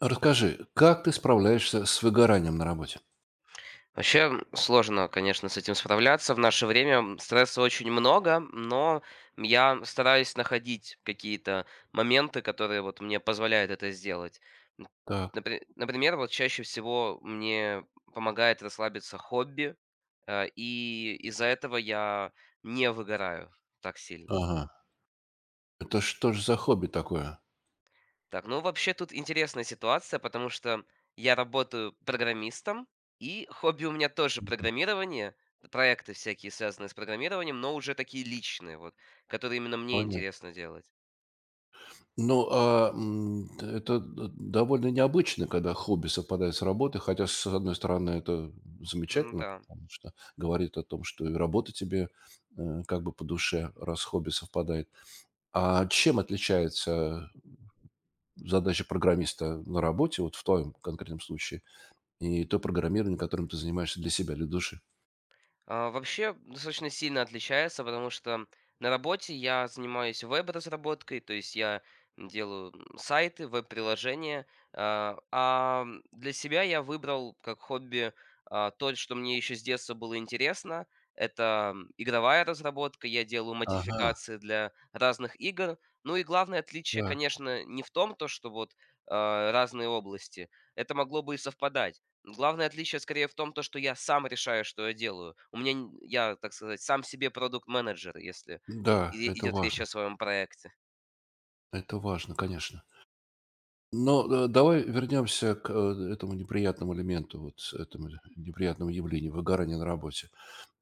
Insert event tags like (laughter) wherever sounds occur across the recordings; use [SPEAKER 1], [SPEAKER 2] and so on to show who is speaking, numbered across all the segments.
[SPEAKER 1] Расскажи, как ты справляешься с выгоранием на работе?
[SPEAKER 2] Вообще сложно, конечно, с этим справляться. В наше время стресса очень много, но я стараюсь находить какие-то моменты, которые вот мне позволяют это сделать. М,
[SPEAKER 1] Так.
[SPEAKER 2] Например, вот чаще всего мне помогает расслабиться хобби, и из-за этого я не выгораю так сильно.
[SPEAKER 1] Ага. Это что же за хобби такое?
[SPEAKER 2] Так, ну вообще тут интересная ситуация, потому что я работаю программистом, и хобби у меня тоже
[SPEAKER 1] Мгм.
[SPEAKER 2] программирование, проекты всякие, связанные с программированием, но уже такие личные, вот, которые именно мне
[SPEAKER 1] Понятно.
[SPEAKER 2] интересно делать.
[SPEAKER 1] Ну, это довольно необычно, когда хобби совпадает с работой, хотя, с одной стороны, это
[SPEAKER 2] М,
[SPEAKER 1] замечательно,
[SPEAKER 2] Да.
[SPEAKER 1] потому что говорит о том, что и работа тебе как бы по душе, раз хобби совпадает. А чем отличается задача программиста на работе, вот в твоем конкретном случае, и то программирование, которым ты занимаешься для себя, для души?
[SPEAKER 2] Вообще достаточно сильно отличается, потому что на работе я занимаюсь веб-разработкой, то есть я делаю сайты, веб-приложения, для себя я выбрал как хобби то, что мне еще с детства было интересно. Это игровая разработка, я делаю
[SPEAKER 1] Ага,
[SPEAKER 2] модификации для разных игр. Ну и главное отличие,
[SPEAKER 1] да,
[SPEAKER 2] конечно, не в том, то, что вот разные области. Это могло бы и совпадать. Главное отличие скорее в том, то, что я сам решаю, что я делаю. У меня н я, так сказать, сам себе продукт-менеджер, если и
[SPEAKER 1] да,
[SPEAKER 2] и идет речь о своем проекте.
[SPEAKER 1] это важно, конечно. Но, давай вернемся к, этому неприятному элементу, вот этому неприятному явлению выгорания на работе.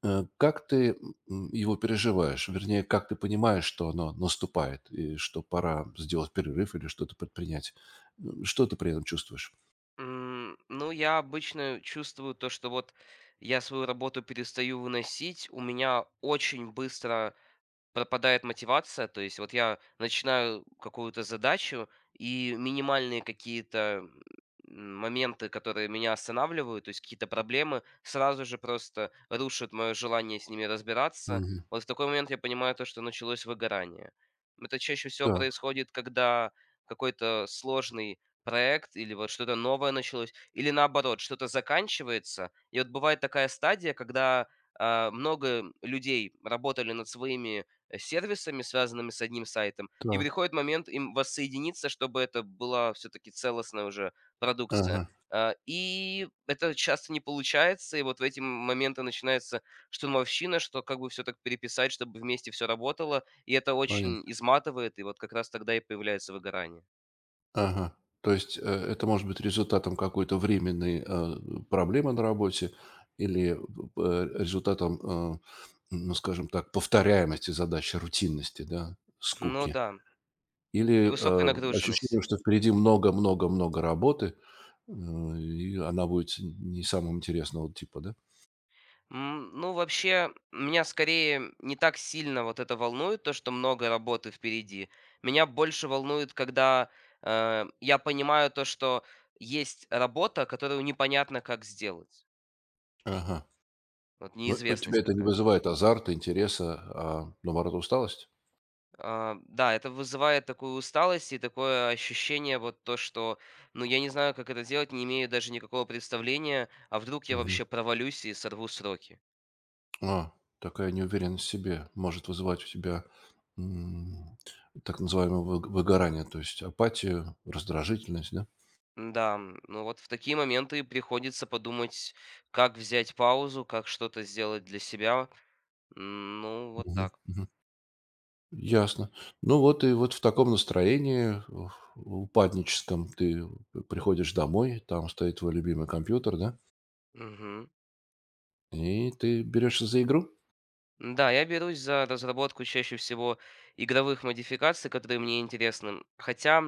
[SPEAKER 1] Как ты, его переживаешь? Вернее, как ты понимаешь, что оно наступает и что пора сделать перерыв или что-то предпринять? Что ты при этом чувствуешь?
[SPEAKER 2] Ну, я обычно чувствую то, что вот я свою работу перестаю выносить. У меня очень быстро пропадает мотивация, то есть вот я начинаю какую-то задачу, и минимальные какие-то, моменты, которые меня останавливают, то есть какие-то проблемы, сразу же просто рушат мое желание с ними разбираться.
[SPEAKER 1] Мгм.
[SPEAKER 2] Вот в такой момент я понимаю то, что началось выгорание. Это чаще всего
[SPEAKER 1] Так,
[SPEAKER 2] происходит, когда какой-то сложный проект или вот что-то новое началось, или наоборот, что-то заканчивается. И вот бывает такая стадия, когда, много людей работали над своими сервисами, связанными с одним сайтом, и
[SPEAKER 1] так.
[SPEAKER 2] приходит момент им воссоединиться, чтобы это была все-таки целостная уже продукция.
[SPEAKER 1] Ага,
[SPEAKER 2] И это часто не получается, и вот в эти моменты начинается штурмовщина, что как бы все так переписать, чтобы вместе все работало, и это очень
[SPEAKER 1] понятно.
[SPEAKER 2] изматывает, и вот как раз тогда и появляется выгорание.
[SPEAKER 1] Ага. То есть, это может быть результатом какой-то временной, проблемы на работе или результатом, э, ну, скажем так, повторяемости задачи, рутинности, да,
[SPEAKER 2] Ну
[SPEAKER 1] скуки.
[SPEAKER 2] да,
[SPEAKER 1] Или,
[SPEAKER 2] и высокая нагруженность.
[SPEAKER 1] ощущение, что впереди много-много-много работы, и она будет не самого интересного типа, да?
[SPEAKER 2] Ну, вообще, меня скорее не так сильно вот это волнует, то, что много работы впереди. Меня больше волнует, когда я понимаю то, что есть работа, которую непонятно, как сделать.
[SPEAKER 1] Ага.
[SPEAKER 2] Вот
[SPEAKER 1] Но у
[SPEAKER 2] неизвестность
[SPEAKER 1] тебя это не
[SPEAKER 2] такая.
[SPEAKER 1] вызывает азарта, интереса, а наоборот усталость?
[SPEAKER 2] Да, это вызывает такую усталость и такое ощущение вот то, что, ну, я не знаю, как это делать, не имею даже никакого представления, а вдруг я вообще провалюсь и сорву сроки.
[SPEAKER 1] А, такая неуверенность в себе может вызывать у тебя, м, так называемое вы выгорание, то есть апатию, раздражительность, да?
[SPEAKER 2] Да, ну вот в такие моменты приходится подумать, как взять паузу, как что-то сделать для себя. Ну, вот
[SPEAKER 1] Мгм,
[SPEAKER 2] так.
[SPEAKER 1] мгм. Ясно. Ну вот и вот в таком настроении у упадническом ты приходишь домой, там стоит твой любимый компьютер, да,
[SPEAKER 2] Мгм.
[SPEAKER 1] и ты берешься за игру?
[SPEAKER 2] Да, я берусь за разработку чаще всего игровых модификаций, которые мне интересны. Хотя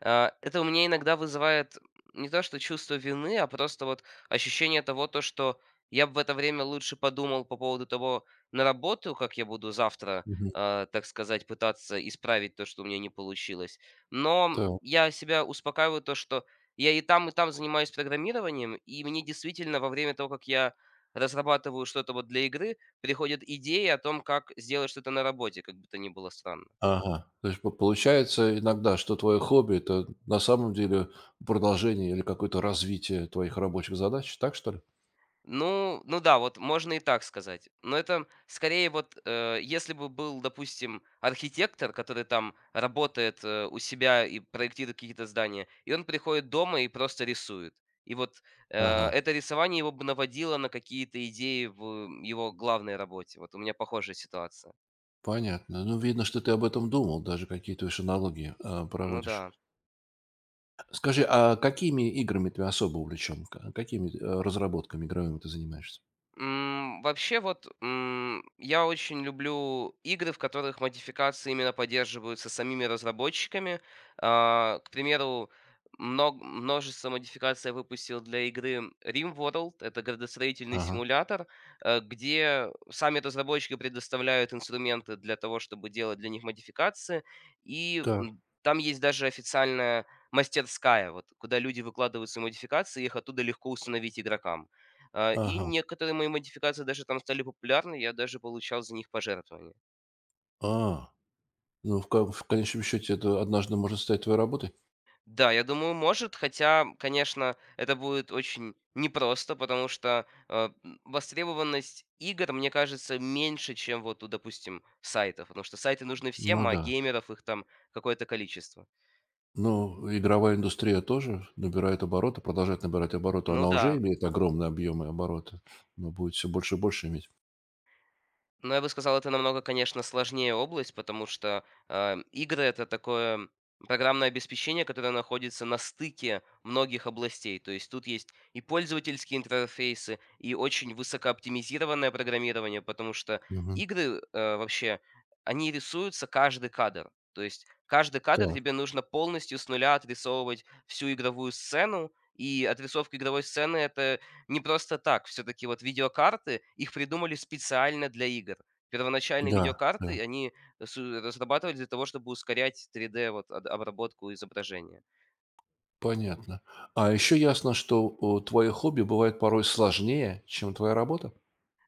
[SPEAKER 2] это у меня иногда вызывает не то что чувство вины, а просто вот ощущение того, то, что я бы в это время лучше подумал по поводу того, на работу, как я буду завтра,
[SPEAKER 1] Мгм.
[SPEAKER 2] так сказать, пытаться исправить то, что у меня не получилось. Но
[SPEAKER 1] Так.
[SPEAKER 2] я себя успокаиваю то, что я и там занимаюсь программированием, и мне действительно во время того, как я разрабатываю что-то вот для игры, приходят идеи о том, как сделать что-то на работе, как бы то ни было странно.
[SPEAKER 1] Ага. То есть по получается иногда, что твое хобби — это на самом деле продолжение или какое-то развитие твоих рабочих задач, так что ли?
[SPEAKER 2] Ну, да, вот можно и так сказать. Но это скорее вот, если бы был, допустим, архитектор, который там работает у себя и проектирует какие-то здания, и он приходит дома и просто рисует. И вот
[SPEAKER 1] Ага.
[SPEAKER 2] это рисование его бы наводило на какие-то идеи в его главной работе. Вот у меня похожая ситуация.
[SPEAKER 1] Понятно. Ну, видно, что ты об этом думал, даже какие-то уж аналогии
[SPEAKER 2] Ну да.
[SPEAKER 1] проводишь. Скажи, а какими играми ты особо увлечен? Какими разработками игровыми ты занимаешься?
[SPEAKER 2] Вообще вот, я очень люблю игры, в которых модификации именно поддерживаются самими разработчиками. К примеру, множество модификаций я выпустил для игры RimWorld. Это градостроительный
[SPEAKER 1] Ага.
[SPEAKER 2] симулятор, где сами разработчики предоставляют инструменты для того, чтобы делать для них модификации. И,
[SPEAKER 1] Так.
[SPEAKER 2] там есть даже официальная мастерская, вот, куда люди выкладывают свои модификации, и их оттуда легко установить игрокам. И
[SPEAKER 1] Ага.
[SPEAKER 2] некоторые мои модификации даже там стали популярны, я даже получал за них пожертвования.
[SPEAKER 1] А, ну, в конечном счете, это однажды может стать твоей работой?
[SPEAKER 2] Да, я думаю, может, хотя, конечно, это будет очень непросто, потому что востребованность игр, мне кажется, меньше, чем вот, допустим, сайтов, потому что сайты нужны всем,
[SPEAKER 1] Ну
[SPEAKER 2] а
[SPEAKER 1] да.
[SPEAKER 2] геймеров их там какое-то количество.
[SPEAKER 1] Ну, игровая индустрия тоже набирает обороты, продолжает набирать обороты.
[SPEAKER 2] Ну
[SPEAKER 1] Она уже
[SPEAKER 2] да.
[SPEAKER 1] имеет огромные объемы оборота, но будет все больше и больше иметь.
[SPEAKER 2] Но я бы сказал, это намного, конечно, сложнее область, потому что игры это такое программное обеспечение, которое находится на стыке многих областей. То есть тут есть и пользовательские интерфейсы, и очень высокооптимизированное программирование, потому что
[SPEAKER 1] Мгм.
[SPEAKER 2] игры вообще, они рисуются каждый кадр. То есть каждый кадр
[SPEAKER 1] Так.
[SPEAKER 2] тебе нужно полностью с нуля отрисовывать всю игровую сцену, и отрисовка игровой сцены это не просто так. Все-таки вот видеокарты, их придумали специально для игр. Первоначальные
[SPEAKER 1] Да.
[SPEAKER 2] видеокарты,
[SPEAKER 1] Да.
[SPEAKER 2] они разрабатывались для того, чтобы ускорять 3D вот, обработку изображения.
[SPEAKER 1] Понятно. А еще ясно, что у твое хобби бывает порой сложнее, чем твоя работа?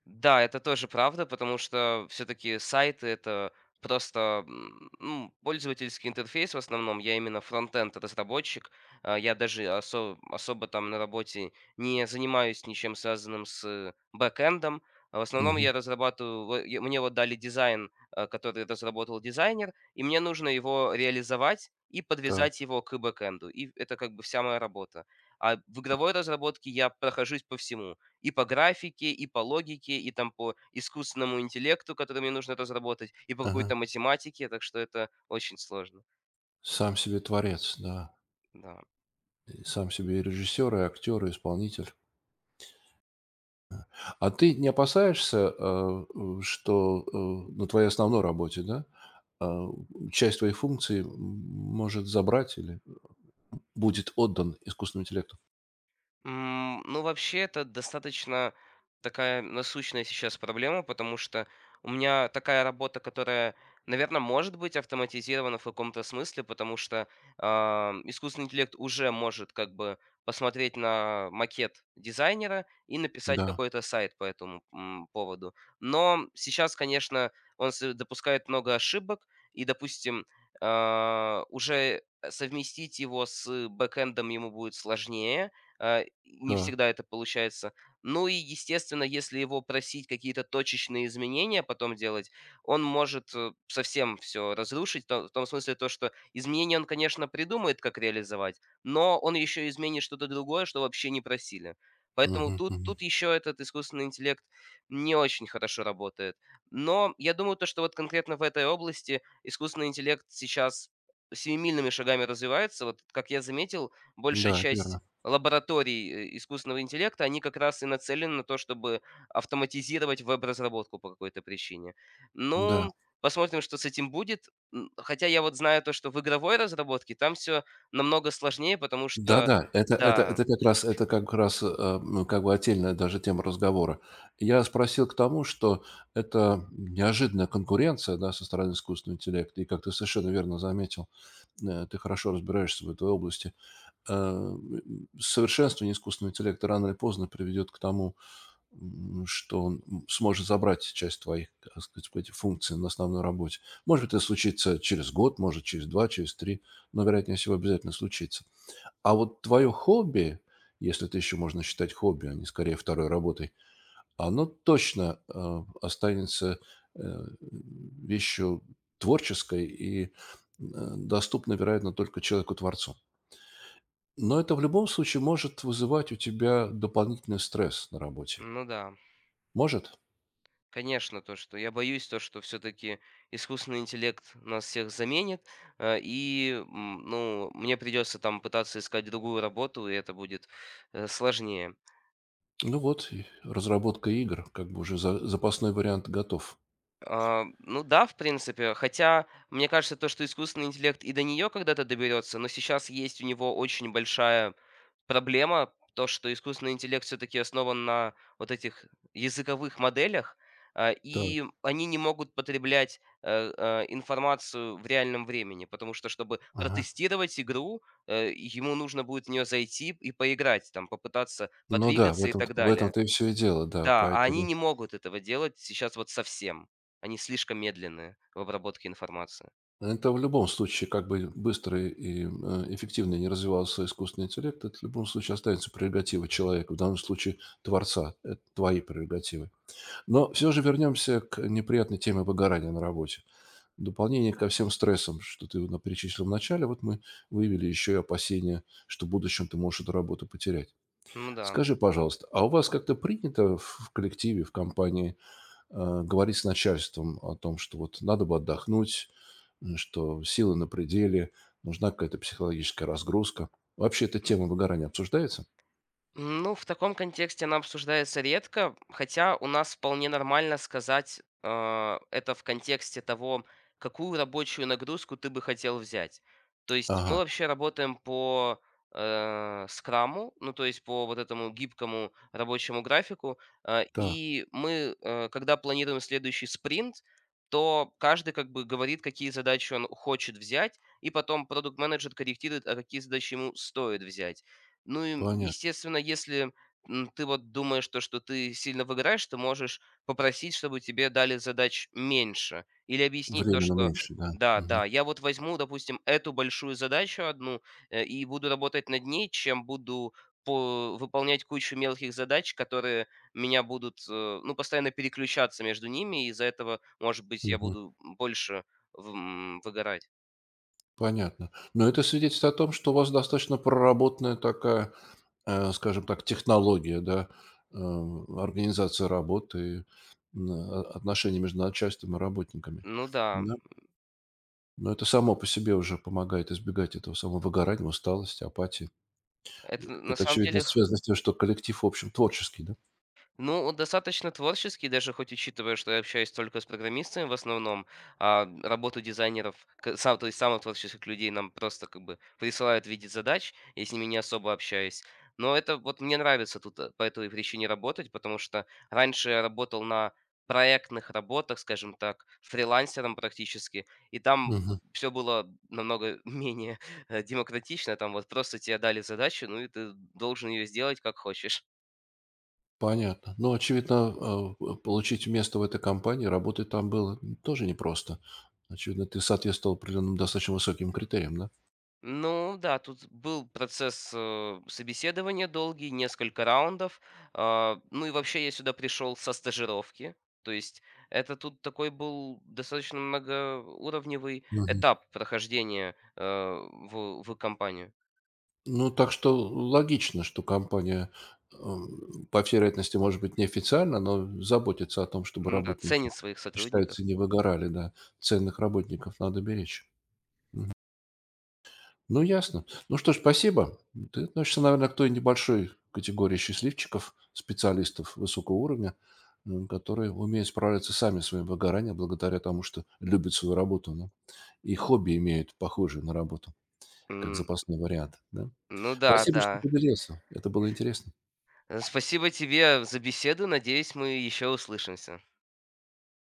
[SPEAKER 2] Да, это тоже правда, потому что все-таки сайты это просто ну, пользовательский интерфейс в основном. Я именно фронтенд разработчик. Я даже особо там на работе не занимаюсь ничем связанным с бэкэндом. В основном
[SPEAKER 1] Мгм.
[SPEAKER 2] я разрабатываю, мне вот дали дизайн, который разработал дизайнер, и мне нужно его реализовать и
[SPEAKER 1] Так.
[SPEAKER 2] подвязать его к бэкэнду. И это как бы вся моя работа. А в игровой разработке я прохожусь по всему. И по графике, и по логике, и там по искусственному интеллекту, который мне нужно разработать, и по
[SPEAKER 1] Ага.
[SPEAKER 2] какой-то математике, так что это очень сложно.
[SPEAKER 1] Сам себе творец, да.
[SPEAKER 2] Да.
[SPEAKER 1] И сам себе и режиссер, и актер, и исполнитель. А ты не опасаешься, что на твоей основной работе, да, э, часть твоих функций может забрать или будет отдан искусственному интеллекту?
[SPEAKER 2] Ну, вообще, это достаточно такая насущная сейчас проблема, потому что у меня такая работа, которая, наверное, может быть автоматизирована в каком-то смысле, потому что искусственный интеллект уже может как бы посмотреть на макет дизайнера и написать
[SPEAKER 1] Да,
[SPEAKER 2] какой-то сайт по этому поводу. Но сейчас, конечно, он допускает много ошибок, и, допустим, уже совместить его с бэкэндом ему будет сложнее, не
[SPEAKER 1] да.
[SPEAKER 2] всегда это получается. Ну и, естественно, если его просить какие-то точечные изменения потом делать, он может совсем все разрушить, в том смысле то, что изменения он, конечно, придумает, как реализовать, но он еще изменит что-то другое, что вообще не просили. Поэтому
[SPEAKER 1] Мгм,
[SPEAKER 2] тут,
[SPEAKER 1] мгм.
[SPEAKER 2] тут еще этот искусственный интеллект не очень хорошо работает. Но я думаю, то, что вот конкретно в этой области искусственный интеллект сейчас семимильными шагами развивается. Вот, как я заметил, большая
[SPEAKER 1] Да, это
[SPEAKER 2] часть
[SPEAKER 1] верно.
[SPEAKER 2] лабораторий, искусственного интеллекта, они как раз и нацелены на то, чтобы автоматизировать веб-разработку по какой-то причине.
[SPEAKER 1] Да.
[SPEAKER 2] Ну, посмотрим, что с этим будет. Хотя я вот знаю то, что в игровой разработке там все намного сложнее, потому что
[SPEAKER 1] Да-да, это это
[SPEAKER 2] да,
[SPEAKER 1] это как раз это как раз, как бы отдельная даже тема разговора. Я спросил к тому, что это неожиданная конкуренция, да, со стороны искусственного интеллекта. И как ты совершенно верно заметил, ты хорошо разбираешься в этой области. Совершенствование искусственного интеллекта рано или поздно приведет к тому, что он, сможет забрать часть твоих, так сказать, эти функций на основной работе. Может быть, это случится через год, может, через 2, через 3, но, вероятнее всего, обязательно случится. А вот твое хобби, если это еще можно считать хобби, а не скорее второй работой, оно точно останется вещью творческой и доступной, вероятно, только человеку-творцу. Но это в любом случае может вызывать у тебя дополнительный стресс на работе.
[SPEAKER 2] ну да,
[SPEAKER 1] Может?
[SPEAKER 2] конечно, то, что я боюсь, то, что все таки искусственный интеллект нас всех заменит, и, ну, мне придется там пытаться искать другую работу, и это будет, сложнее.
[SPEAKER 1] Ну вот, и разработка игр, как бы уже запасной вариант готов.
[SPEAKER 2] Ну да, в принципе. Хотя, мне кажется, то, что искусственный интеллект и до нее когда-то доберется, но сейчас есть у него очень большая проблема, то, что искусственный интеллект все-таки основан на вот этих языковых моделях,
[SPEAKER 1] Так,
[SPEAKER 2] и они не могут потреблять информацию в реальном времени, потому что, чтобы
[SPEAKER 1] ага.
[SPEAKER 2] протестировать игру, ему нужно будет в нее зайти и поиграть, там, попытаться
[SPEAKER 1] Ну да, в
[SPEAKER 2] подвигаться и
[SPEAKER 1] этом,
[SPEAKER 2] так
[SPEAKER 1] в
[SPEAKER 2] далее.
[SPEAKER 1] этом-то и все и дело, да,
[SPEAKER 2] Да, а они
[SPEAKER 1] поэтому
[SPEAKER 2] не могут этого делать сейчас вот совсем. Они слишком медленные в обработке информации.
[SPEAKER 1] это в любом случае, как бы быстро и эффективно не развивался искусственный интеллект, это в любом случае останется прерогатива человека, в данном случае творца, это твои прерогативы. Но все же вернемся к неприятной теме выгорания на работе. Дополнение ко всем стрессам, что ты перечислил в начале, вот мы выявили еще и опасения, что в будущем ты можешь эту работу потерять.
[SPEAKER 2] Ну да.
[SPEAKER 1] Скажи, пожалуйста, а у вас как-то принято в коллективе, в компании говорить с начальством о том, что вот надо бы отдохнуть, что силы на пределе, нужна какая-то психологическая разгрузка. Вообще эта тема выгорания обсуждается?
[SPEAKER 2] Ну, в таком контексте она обсуждается редко, хотя у нас вполне нормально сказать это в контексте того, какую рабочую нагрузку ты бы хотел взять. То есть мы
[SPEAKER 1] Ага,
[SPEAKER 2] вообще работаем по скраму, ну то есть по вот этому гибкому рабочему графику,
[SPEAKER 1] так,
[SPEAKER 2] и мы, когда планируем следующий спринт, то каждый как бы говорит, какие задачи он хочет взять, и потом продукт-менеджер корректирует, а какие задачи ему стоит взять. Ну и,
[SPEAKER 1] понятно.
[SPEAKER 2] естественно, если, ты вот думаешь, то, что ты сильно выгораешь, ты можешь попросить, чтобы тебе дали задач меньше. Или объяснить то,
[SPEAKER 1] Временно
[SPEAKER 2] что
[SPEAKER 1] меньше, да.
[SPEAKER 2] да, да,
[SPEAKER 1] Мгм,
[SPEAKER 2] я вот возьму, допустим, эту большую задачу одну, и буду работать над ней, чем буду по выполнять кучу мелких задач, которые меня будут, ну, постоянно переключаться между ними, и из-за этого, может быть, я
[SPEAKER 1] мгм.
[SPEAKER 2] буду больше выгорать.
[SPEAKER 1] Понятно. Но это свидетельствует о том, что у вас достаточно проработанная такая, скажем так, технология, да, организация работы, и отношения между начальством и работниками.
[SPEAKER 2] Ну да,
[SPEAKER 1] Но это само по себе уже помогает избегать этого самого выгорания, усталости, апатии. Э,
[SPEAKER 2] это на
[SPEAKER 1] это,
[SPEAKER 2] самом
[SPEAKER 1] очевидно,
[SPEAKER 2] деле
[SPEAKER 1] связано с тем, что коллектив, в общем, творческий, да?
[SPEAKER 2] Ну, он достаточно творческий, даже хоть учитывая, что я общаюсь только с программистами в основном, а работу дизайнеров, сам, то есть самых творческих людей нам просто как бы присылают в виде задач, я с ними не особо общаюсь. Но это вот мне нравится тут по этой причине работать, потому что раньше я работал на проектных работах, скажем так, фрилансером практически, и там
[SPEAKER 1] Мгм.
[SPEAKER 2] все было намного (laughs) менее демократично, там вот просто тебе дали задачу, ну и ты должен ее сделать как хочешь.
[SPEAKER 1] Понятно. Ну, очевидно, получить место в этой компании, работать там было тоже непросто. Очевидно, ты соответствовал определенным достаточно высоким критериям, да?
[SPEAKER 2] Ну да, тут был процесс, собеседования долгий, несколько раундов. Ну и вообще я сюда пришел со стажировки. То есть это тут такой был достаточно многоуровневый
[SPEAKER 1] Мгм.
[SPEAKER 2] этап прохождения, в компанию.
[SPEAKER 1] Ну, так что логично, что компания, по всей вероятности, может быть, неофициально, но заботится о том, чтобы
[SPEAKER 2] М-да,
[SPEAKER 1] работники,
[SPEAKER 2] ценит своих сотрудников.
[SPEAKER 1] считается, не выгорали, да. Ценных работников надо беречь. Ну, ясно. Ну что ж, спасибо. Ты относишься, наверное, к той небольшой категории счастливчиков, специалистов высокого уровня, которые умеют справляться сами с своим выгоранием благодаря тому, что любят свою работу, ну, и хобби имеют похожие на работу, как
[SPEAKER 2] М,
[SPEAKER 1] запасной вариант, да.
[SPEAKER 2] ну да,
[SPEAKER 1] Спасибо, что
[SPEAKER 2] да.
[SPEAKER 1] поделился. Это было интересно.
[SPEAKER 2] Спасибо тебе за беседу. Надеюсь, мы еще услышимся.